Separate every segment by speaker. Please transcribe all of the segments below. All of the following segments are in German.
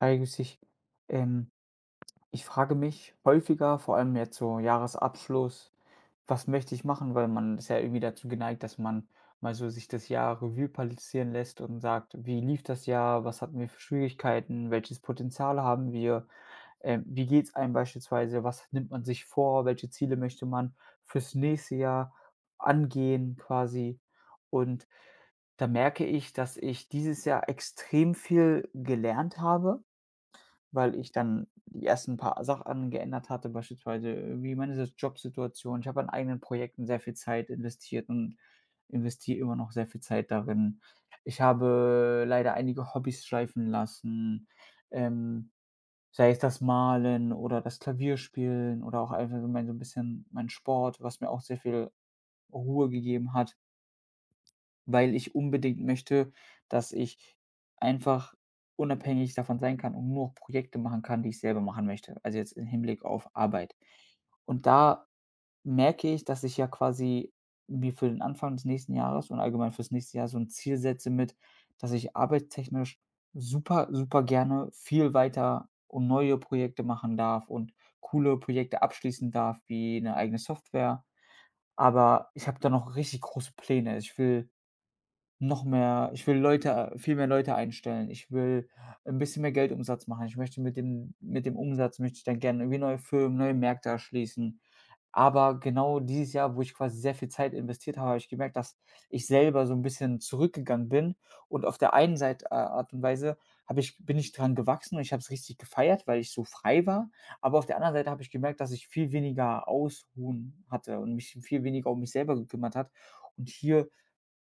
Speaker 1: Eigentlich, ähm ich frage mich häufiger, vor allem jetzt so Jahresabschluss: „Was möchte ich machen?“ Weil man ist ja irgendwie dazu geneigt, dass man mal so sich das Jahr Revue passieren lässt und sagt: „Wie lief das Jahr? Was hatten wir für Schwierigkeiten? Welches Potenzial haben wir? Wie geht's einem beispielsweise? Was nimmt man sich vor? Welche Ziele möchte man fürs nächste Jahr angehen quasi?“ Und da merke ich, dass ich dieses Jahr extrem viel gelernt habe, weil ich dann die ersten paar Sachen geändert hatte, beispielsweise wie meine S Jobsituation. Ich habe an eigenen Projekten sehr viel Zeit investiert und investiere immer noch sehr viel Zeit darin. Ich habe leider einige Hobbys schleifen lassen, ähm, sei es das Malen oder das Klavierspielen oder auch einfach so mein so ein bisschen mein Sport, was mir auch sehr viel Ruhe gegeben hat, weil ich unbedingt möchte, dass ich einfach unabhängig davon sein kann und nur Projekte machen kann, die ich selber machen möchte. Also jetzt im Hinblick auf Arbeit. Und da merke ich, dass ich ja quasi mir für den Anfang des nächsten Jahres und allgemein fürs nächste Jahr so ein Ziel setze mit, dass ich arbeitstechnisch super, super gerne viel weiter und neue Projekte machen darf und coole Projekte abschließen darf, wie eine eigene Software. Aber ich habe da noch richtig große Pläne. Ich will Leute, viel mehr Leute einstellen. Ich will ein bisschen mehr Geldumsatz machen. Ich möchte mit dem Umsatz möchte ich dann gerne irgendwie neue Firmen, neue Märkte erschließen. Aber genau dieses Jahr, wo ich quasi sehr viel Zeit investiert habe, habe ich gemerkt, dass ich selber so ein bisschen zurückgegangen bin und auf der einen Seite Art und Weise habe ich bin ich dran gewachsen und ich habe es richtig gefeiert, weil ich so frei war. Aber auf der anderen Seite habe ich gemerkt, dass ich viel weniger Ausruhen hatte und mich viel weniger um mich selber gekümmert hat. Und hier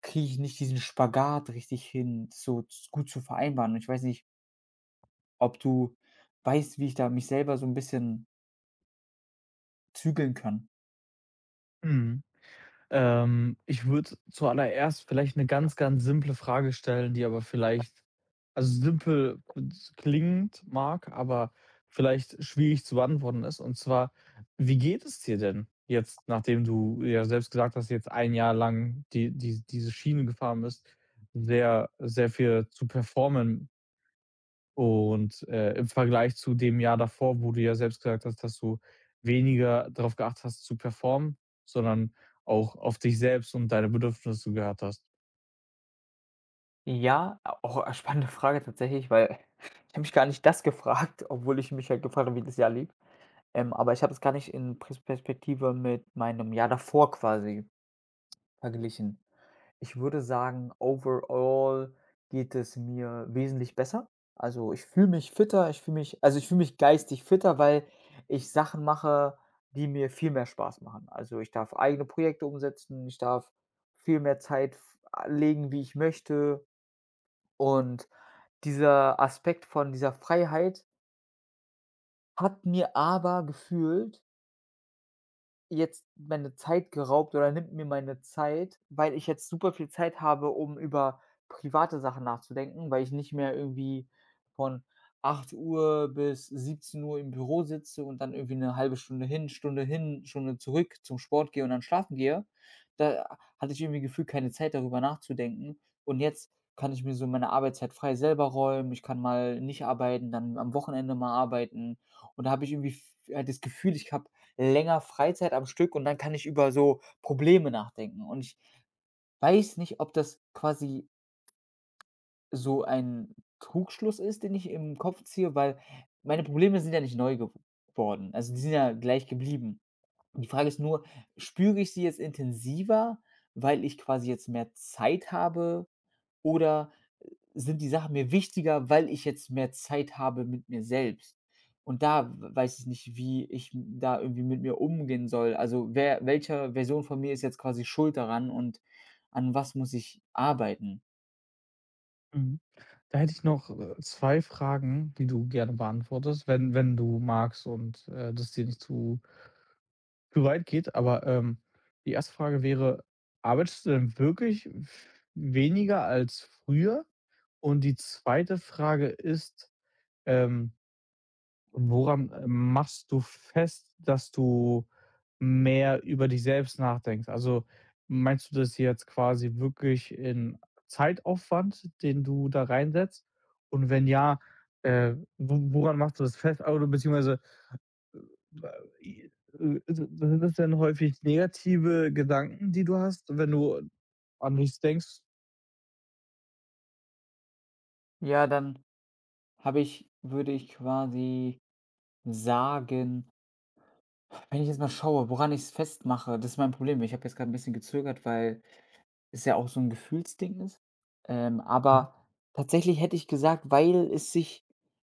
Speaker 1: kriege ich nicht diesen Spagat richtig hin, so z gut zu vereinbaren. Und ich weiß nicht, ob du weißt, wie ich da mich selber so ein bisschen zügeln kann?
Speaker 2: Mhm. Ich würde zuallererst vielleicht eine ganz, ganz simple Frage stellen, die aber vielleicht simpel klingend mag, aber vielleicht schwierig zu beantworten ist. Und zwar: Wie geht es dir denn jetzt, nachdem du ja selbst gesagt hast, jetzt ein Jahr lang die diese Schiene gefahren bist, sehr sehr viel zu performen und, im Vergleich zu dem Jahr davor, wo du ja selbst gesagt hast, dass du weniger darauf geachtet hast zu performen, sondern auch auf dich selbst und deine Bedürfnisse gehört hast.
Speaker 1: Ja, auch, spannende Frage tatsächlich, weil ich habe mich gar nicht das gefragt, obwohl ich mich halt gefragt habe, wie das Jahr lief. Aber ich habe es gar nicht in Perspektive mit meinem Jahr davor quasi verglichen. Ich würde sagen, overall geht es mir wesentlich besser. Also, ich fühle mich fitter, ich fühle mich also, ich fühle mich geistig fitter, weil ich Sachen mache, die mir viel mehr Spaß machen. Also, ich darf eigene Projekte umsetzen, ich darf viel mehr Zeit f legen, wie ich möchte. Und dieser Aspekt von dieser Freiheit hat mir aber gefühlt jetzt meine Zeit geraubt oder nimmt mir meine Zeit, weil ich jetzt super viel Zeit habe, um über private Sachen nachzudenken, weil ich nicht mehr irgendwie von 8 Uhr bis 17 Uhr im Büro sitze und dann irgendwie eine halbe Stunde hin, Stunde hin, Stunde zurück zum Sport gehe und dann schlafen gehe. Da hatte ich irgendwie Gefühl, keine Zeit, darüber nachzudenken. Und jetzt kann ich mir so meine Arbeitszeit frei selber räumen. Ich kann mal nicht arbeiten, dann am Wochenende mal arbeiten. Und da habe ich irgendwie f das Gefühl, ich habe länger Freizeit am Stück und dann kann ich über so Probleme nachdenken. Und ich weiß nicht, ob das quasi so ein Trugschluss ist, den ich im Kopf ziehe, weil meine Probleme sind ja nicht neu gew worden. Also, die sind ja gleich geblieben. Die Frage ist nur, spüre ich sie jetzt intensiver, weil ich quasi jetzt mehr Zeit habe, oder sind die Sachen mir wichtiger, weil ich jetzt mehr Zeit habe mit mir selbst? Und da w weiß ich nicht, wie ich m da irgendwie mit mir umgehen soll. Also, wer welche Version von mir ist jetzt quasi schuld daran und an was muss ich arbeiten?
Speaker 2: Mhm. Da hätte ich noch, 2 Fragen, die du gerne beantwortest, wenn du magst und, das dir nicht zu weit geht. Aber, die erste Frage wäre: Arbeitest du denn wirklich weniger als früher? Und die zweite Frage ist, ähm woran, machst du fest, dass du mehr über dich selbst nachdenkst? Also, meinst du das jetzt quasi wirklich in Zeitaufwand, den du da reinsetzt? Und wenn ja, wo woran machst du das fest? Oder beziehungsweise, äh, sind das denn häufig negative Gedanken, die du hast, wenn du an nichts denkst?
Speaker 1: Ja, dann habe ich würde ich quasi sagen, wenn ich jetzt mal schaue, woran ich es festmache, das ist mein Problem. Ich habe jetzt gerade ein bisschen gezögert, weil es ja auch so 'n Gefühlsding ist.
Speaker 2: Mhm.
Speaker 1: Aber tatsächlich hätte ich gesagt, weil es sich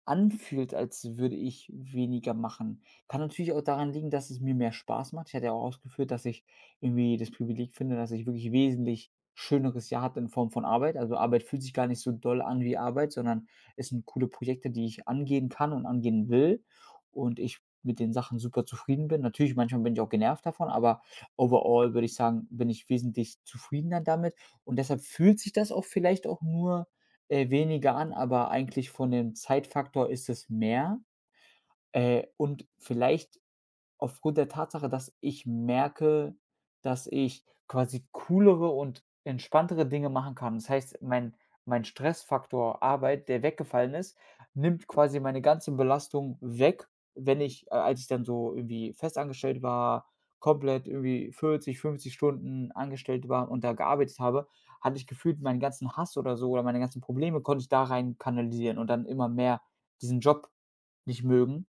Speaker 1: anfühlt, als würde ich weniger machen. Kann natürlich auch daran liegen, dass es mir mehr Spaß macht. Ich hatte ja auch ausgeführt, dass ich irgendwie das Privileg finde, dass ich wirklich wesentlich schöneres Jahr hatte in Form von Arbeit. Also, Arbeit fühlt sich gar nicht so doll an wie Arbeit, sondern es sind coole Projekte, die ich angehen kann und angehen will, und ich mit den Sachen super zufrieden bin. Natürlich, manchmal bin ich auch genervt davon, aber overall würde ich sagen, bin ich wesentlich zufriedener damit, und deshalb fühlt sich das auch vielleicht auch nur, weniger an, aber eigentlich von dem Zeitfaktor ist es mehr. Und vielleicht aufgrund der Tatsache, dass ich merke, dass ich quasi coolere und entspanntere Dinge machen kann. Das heißt, mein Stressfaktor Arbeit, der weggefallen ist, nimmt quasi meine ganze Belastung weg. Wenn ich, als ich dann so irgendwie festangestellt war, komplett irgendwie 40, 50 Stunden angestellt war und da gearbeitet habe, hatte ich gefühlt meinen ganzen Hass oder so oder meine ganzen Probleme konnte ich da rein kanalisieren und dann immer mehr diesen Job nicht mögen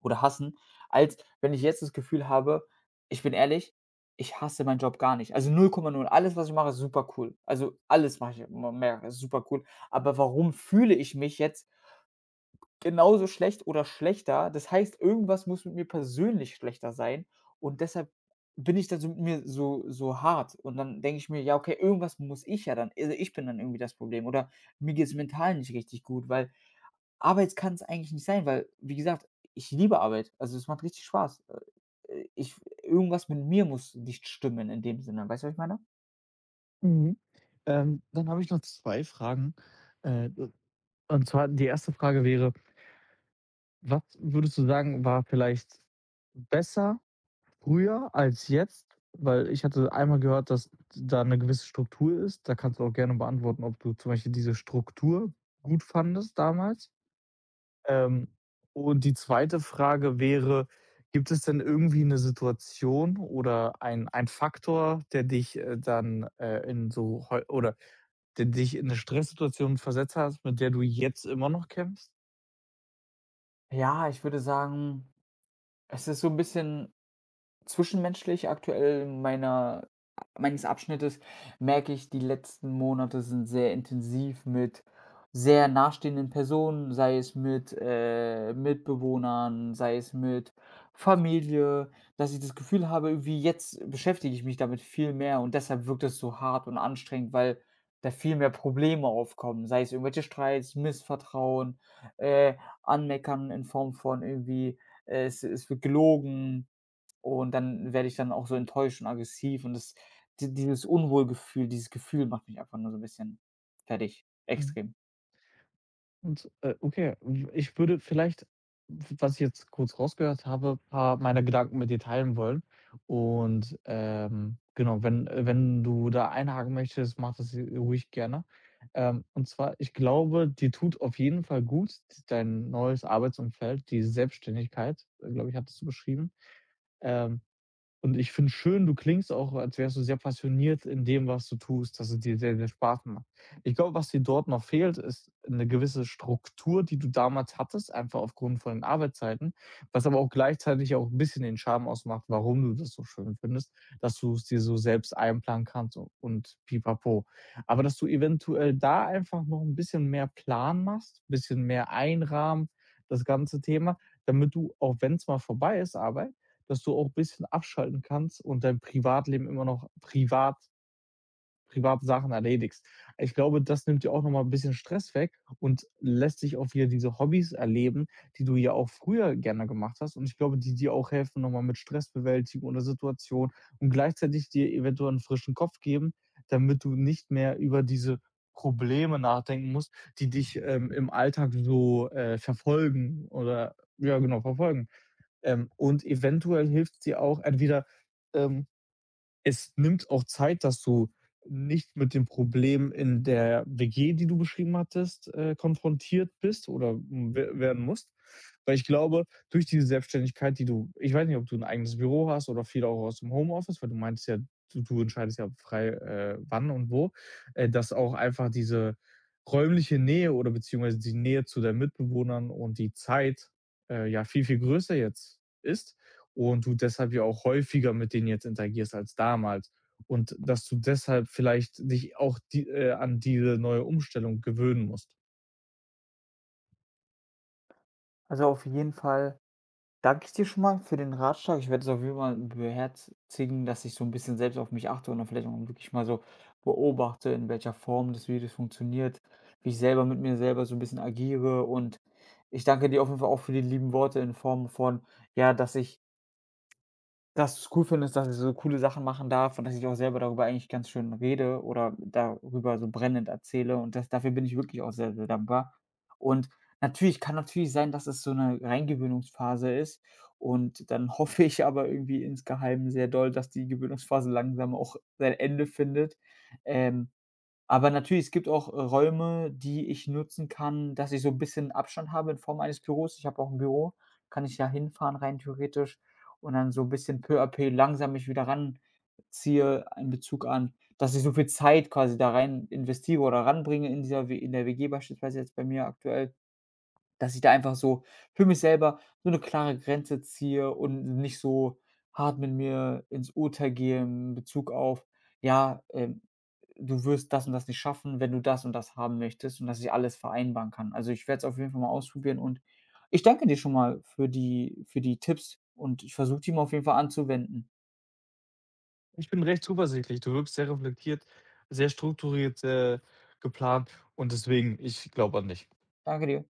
Speaker 1: oder hassen, als wenn ich jetzt das Gefühl habe. Ich bin ehrlich, ich hasse meinen Job gar nicht. Also null Komma null. Alles, was ich mache, ist super cool. Also alles mache ich immer mehr, ist super cool. Aber warum fühle ich mich jetzt genauso schlecht oder schlechter? Das heißt, irgendwas muss mit mir persönlich schlechter sein, und deshalb bin ich da so mit mir so hart und dann denke ich mir: „Ja, okay, irgendwas muss ich ja dann, also ich bin dann irgendwie das Problem oder mir geht's mental nicht richtig gut, weil, aber jetzt kann es eigentlich nicht sein, weil, wie gesagt, ich liebe Arbeit. Also, es macht richtig Spaß. Ich Irgendwas mit mir muss nicht stimmen in dem Sinne.“ Weißt du, was ich meine?
Speaker 2: Mhm. Dann habe ich noch 2 Fragen. Äh, Und zwar die erste Frage wäre: Was würdest du sagen, war vielleicht besser früher als jetzt? Weil ich hatte einmal gehört, dass da eine gewisse Struktur ist. Da kannst du auch gerne beantworten, ob du zum Beispiel diese Struktur gut fandest damals. Ähm, und die zweite Frage wäre, gibt es denn irgendwie eine Situation oder ein Faktor, der dich, dann, in so heu oder der dich in eine Stresssituation versetzt hast, mit der du jetzt immer noch kämpfst?
Speaker 1: Ja, ich würde sagen, es ist so ein bisschen zwischenmenschlich. Aktuell meiner meines Abschnittes merke ich, die letzten Monate sind sehr intensiv mit sehr nahestehenden Personen, sei es mit, Mitbewohnern, sei es mit Familie, dass ich das Gefühl habe, irgendwie jetzt beschäftige ich mich damit viel mehr und deshalb wirkt es so hart und anstrengend, weil da viel mehr Probleme aufkommen, sei es irgendwelche Streits, Missvertrauen, äh, Anmeckern in Form von irgendwie, es wird gelogen, und dann werde ich dann auch so enttäuscht und aggressiv, und das di dieses Unwohlgefühl, dieses Gefühl macht mich einfach nur so ein bisschen fertig,
Speaker 2: Mhm.
Speaker 1: extrem.
Speaker 2: Und, okay, w ich würde vielleicht, w was ich jetzt kurz rausgehört habe, ein paar meiner Gedanken mit dir teilen wollen. Und, genau, wenn wenn du da einhaken möchtest, mach das, ruhig gerne. Und zwar, ich glaube, dir tut auf jeden Fall gut, d dein neues Arbeitsumfeld, die Selbstständigkeit, glaube ich, hattest du beschrieben. Ähm und ich finde schön, du klingst auch, als wärst du sehr passioniert in dem, was du tust, dass es dir sehr, sehr Spaß macht. Ich glaube, was dir dort noch fehlt, ist eine gewisse Struktur, die du damals hattest, einfach aufgrund von den Arbeitszeiten, was aber auch gleichzeitig auch ein bisschen den Charme ausmacht, warum du das so schön findest, dass du es dir so selbst einplanen kannst u und pipapo. Aber dass du eventuell da einfach noch ein bisschen mehr Plan machst, ein bisschen mehr einrahmen, das ganze Thema, damit du, auch wenn es mal vorbei ist, Arbeit, dass du auch ein bisschen abschalten kannst und dein Privatleben immer noch privat Sachen erledigst. Ich glaube, das nimmt dir auch noch mal 'n bisschen Stress weg und lässt dich auch wieder diese Hobbys erleben, die du ja auch früher gerne gemacht hast. Und ich glaube, die dir auch helfen, noch mal mit Stressbewältigung oder Situation und gleichzeitig dir eventuell einen frischen Kopf geben, damit du nicht mehr über diese Probleme nachdenken musst, die dich, im Alltag so, verfolgen oder ja, genau, verfolgen. Und eventuell hilft sie auch entweder, ähm, es nimmt auch Zeit, dass du nicht mit dem Problem in der WG, die du beschrieben hattest, konfrontiert bist oder, hm, we werden musst. Weil ich glaube, durch diese Selbstständigkeit, die du ich weiß nicht, ob du ein eigenes Büro hast oder viel auch aus dem Homeoffice, weil du meintest ja, du entscheidest ja frei, wann und wo, dass auch einfach diese räumliche Nähe oder beziehungsweise die Nähe zu deinen Mitbewohnern und die Zeit, ja viel, viel größer jetzt ist und du deshalb ja auch häufiger mit denen jetzt interagierst als damals. Und dass du deshalb vielleicht dich auch die, an diese neue Umstellung gewöhnen musst.
Speaker 1: Also, auf jeden Fall danke ich dir schon mal für den Ratschlag. Ich werde es auf jeden Fall beherzigen, dass ich so ein bisschen selbst auf mich achte und dann vielleicht auch wirklich mal so beobachte, in welcher Form das Videos funktioniert, wie ich selber mit mir selber so ein bisschen agiere. Und ich danke dir auf jeden Fall auch für die lieben Worte in Form von, ja, dass du's cool findest, dass ich so coole Sachen machen darf und dass ich auch selber darüber eigentlich ganz schön rede oder darüber so brennend erzähle, und das, dafür bin ich wirklich auch sehr, sehr dankbar. Und natürlich kann natürlich sein, dass es so 'ne Reingewöhnungsphase ist, und dann hoffe ich aber irgendwie insgeheim sehr doll, dass die Gewöhnungsphase langsam auch sein Ende findet. ähm aber natürlich, es gibt auch, Räume, die ich nutzen kann, dass ich so ein bisschen Abstand habe in Form eines Büros. Ich habe auch ein Büro, kann ich ja hinfahren rein theoretisch, und dann so ein bisschen peu à peu langsam mich wieder ranziehe in Bezug an, dass ich so viel Zeit quasi da rein investiere oder ranbringe in dieser W in der WG beispielsweise, jetzt bei mir aktuell. Dass ich da einfach so für mich selber so eine klare Grenze ziehe und nicht so hart mit mir ins Urteil gehe in Bezug auf: „Ja, du wirst das und das nicht schaffen, wenn du das und das haben möchtest“, und dass ich alles vereinbaren kann. Also, ich werde es auf jeden Fall mal ausprobieren, und ich danke dir schon mal für die Tipps, und ich versuche, die mal auf jeden Fall anzuwenden.
Speaker 2: Ich bin recht zuversichtlich. Du wirkst sehr reflektiert, sehr strukturiert, geplant und deswegen, ich glaube an dich.
Speaker 1: Danke dir.